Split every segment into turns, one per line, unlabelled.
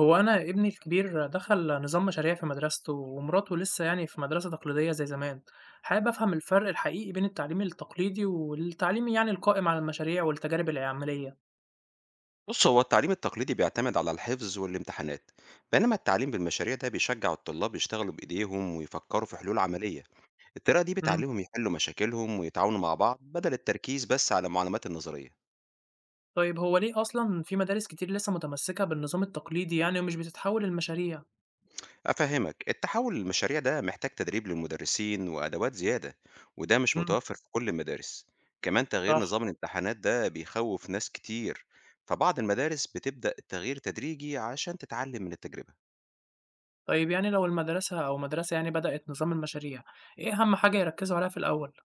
هو أنا ابني الكبير دخل نظام مشاريع في مدرسته ومراته لسه يعني في مدرسة تقليدية زي زمان. حابب أفهم الفرق الحقيقي بين التعليم التقليدي والتعليم يعني القائم على المشاريع والتجارب العملية.
بص، هو التعليم التقليدي بيعتمد على الحفظ والامتحانات. بينما التعليم بالمشاريع ده بيشجع الطلاب يشتغلوا بإيديهم ويفكروا في حلول عملية. الطريقة دي
مم.
بتعلمهم يحلوا مشاكلهم ويتعاونوا مع بعض بدل التركيز بس على المعلومات النظرية.
طيب هو ليه أصلا في مدارس كتير لسه متمسكة بالنظام التقليدي يعني ومش بتتحول للمشاريع؟
أفهمك، التحول للمشاريع ده محتاج تدريب للمدرسين وأدوات زيادة، وده مش
مم.
متوفر في كل المدارس. كمان تغيير
صح.
نظام الامتحانات ده بيخوف ناس كتير، فبعض المدارس بتبدأ التغيير تدريجي عشان تتعلم من التجربة.
طيب يعني لو المدرسة أو مدرسة يعني بدأت نظام المشاريع، إيه أهم حاجة يركزوا عليها في الأول؟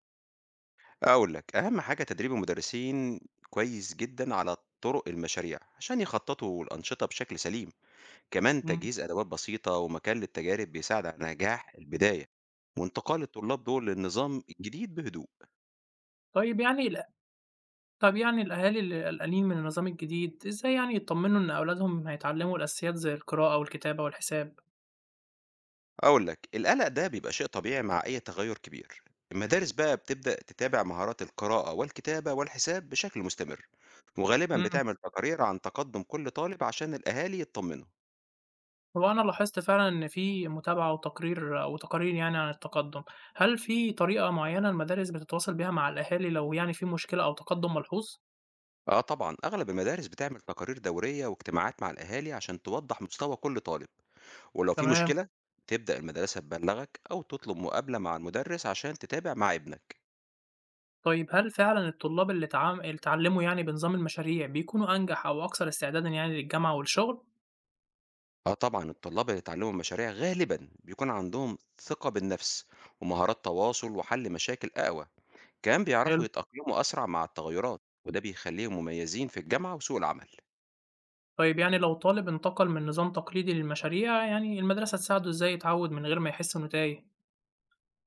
أقول لك، أهم حاجة تدريب المدرسين كويس جدًا على طرق المشاريع، عشان يخططوا الأنشطة بشكل سليم، كمان
مم.
تجهيز أدوات بسيطة ومكان للتجارب بيساعد على نجاح البداية، وانتقال الطلاب دول للنظام الجديد بهدوء.
طيب يعني طب يعني الأهالي اللي قلقانين من النظام الجديد، إزاي يعني يطمنوا إن أولادهم هيتعلموا الأساسيات زي القراءة والكتابة والحساب؟
أقول لك، القلق ده بيبقى شيء طبيعي مع أي تغير كبير. المدارس بقى بتبدأ تتابع مهارات القراءة والكتابة والحساب بشكل مستمر، وغالبًا
إمم،
بتعمل تقارير عن تقدم كل طالب عشان الأهالي يطمنوا.
هو أنا لاحظت فعلًا إن في متابعة وتقرير أو تقارير يعني عن التقدم، هل في طريقة معينة المدارس بتتواصل بيها مع الأهالي لو يعني في مشكلة أو تقدم ملحوظ؟
اه طبعا، اغلب المدارس بتعمل تقارير دوريه واجتماعات مع الاهالي عشان توضح مستوى كل طالب. ولو في
تمام.
مشكله، تبدا المدرسه تبلغك او تطلب مقابله مع المدرس عشان تتابع مع ابنك.
طيب هل فعلًا الطلاب اللي اتعلموا يعني بنظام المشاريع بيكونوا أنجح أو أكثر استعدادًا يعني للجامعة والشغل؟
اه طبعا، الطلاب اللي اتعلموا المشاريع غالبا بيكون عندهم ثقه بالنفس ومهارات تواصل وحل مشاكل اقوى. كمان
حلو.
بيعرفوا يتاقلموا اسرع مع التغيرات، وده بيخليهم مميزين في الجامعه وسوق العمل.
طيب يعني لو طالب انتقل من نظام تقليدي للمشاريع، يعني المدرسة تساعده ازاي يتعود من غير ما يحس انه تايه؟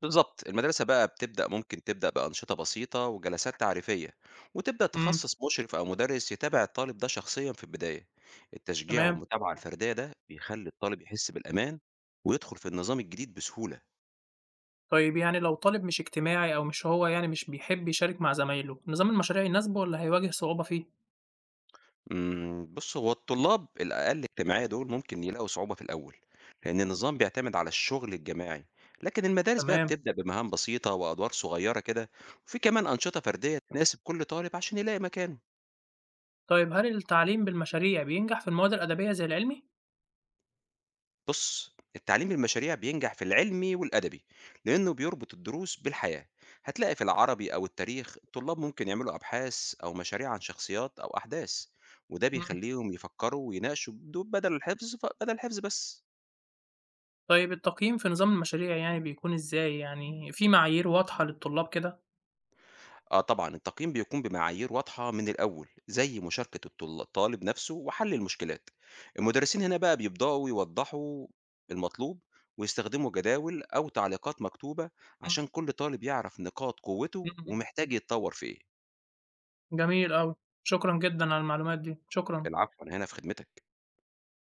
بالضبط، المدرسة بقى بتبدأ ممكن تبدأ بأنشطة بسيطة وجلسات تعريفية، وتبدأ
امم
تخصص مشرف أو مدرس يتابع الطالب ده شخصيًا في البداية. التشجيع
تمام.
والمتابعة الفردية ده بيخلي الطالب يحس بالأمان، ويدخل في النظام الجديد بسهولة.
طيب يعني لو طالب مش اجتماعي او مش هو يعني مش بيحب يشارك مع زمايله، نظام المشاريع يناسبه ولا هيواجه صعوبة فيه؟
بُص، هو الطلاب الأقل اجتماعية دول ممكن يلاقوا صعوبة في الأول، لأن النظام بيعتمد على الشغل الجماعي، لكن المدارس بقى
تمام.
بتبدأ بمهام بسيطة وأدوار صغيرة كده، وفي كمان أنشطة فردية تناسب كل طالب عشان يلاقي مكانه.
طيب هل التعليم بالمشاريع بينجح في المواد الأدبية زي العلمي؟
بُص، التعليم بالمشاريع بينجح في العلمي والأدبي، لأنه بيربط الدروس بالحياة. هتلاقي في العربي أو التاريخ الطلاب ممكن يعملوا أبحاث أو مشاريع عن شخصيات أو أحداث، وده
امم
بيخليهم يفكروا ويناقشوا بدو بدل الحفظ ف بدل الحفظ بس.
طيب التقييم في نظام المشاريع يعني بيكون ازاي؟ يعني في معايير واضحة للطلاب كده؟
آه طبعًا، التقييم بيقوم بمعايير واضحة من الأول، زي مشاركة الطالب نفسه وحل المشكلات. المدرسين هنا بقى بيبدأوا يوضحوا المطلوب، ويستخدموا جداول أو تعليقات مكتوبة
مم.
عشان كل طالب يعرف نقاط قوته
مم.
ومحتاج يتطور في إيه.
جميل أوي. شكرا جدا على المعلومات دي، شكرا.
العفو، أنا هنا في خدمتك.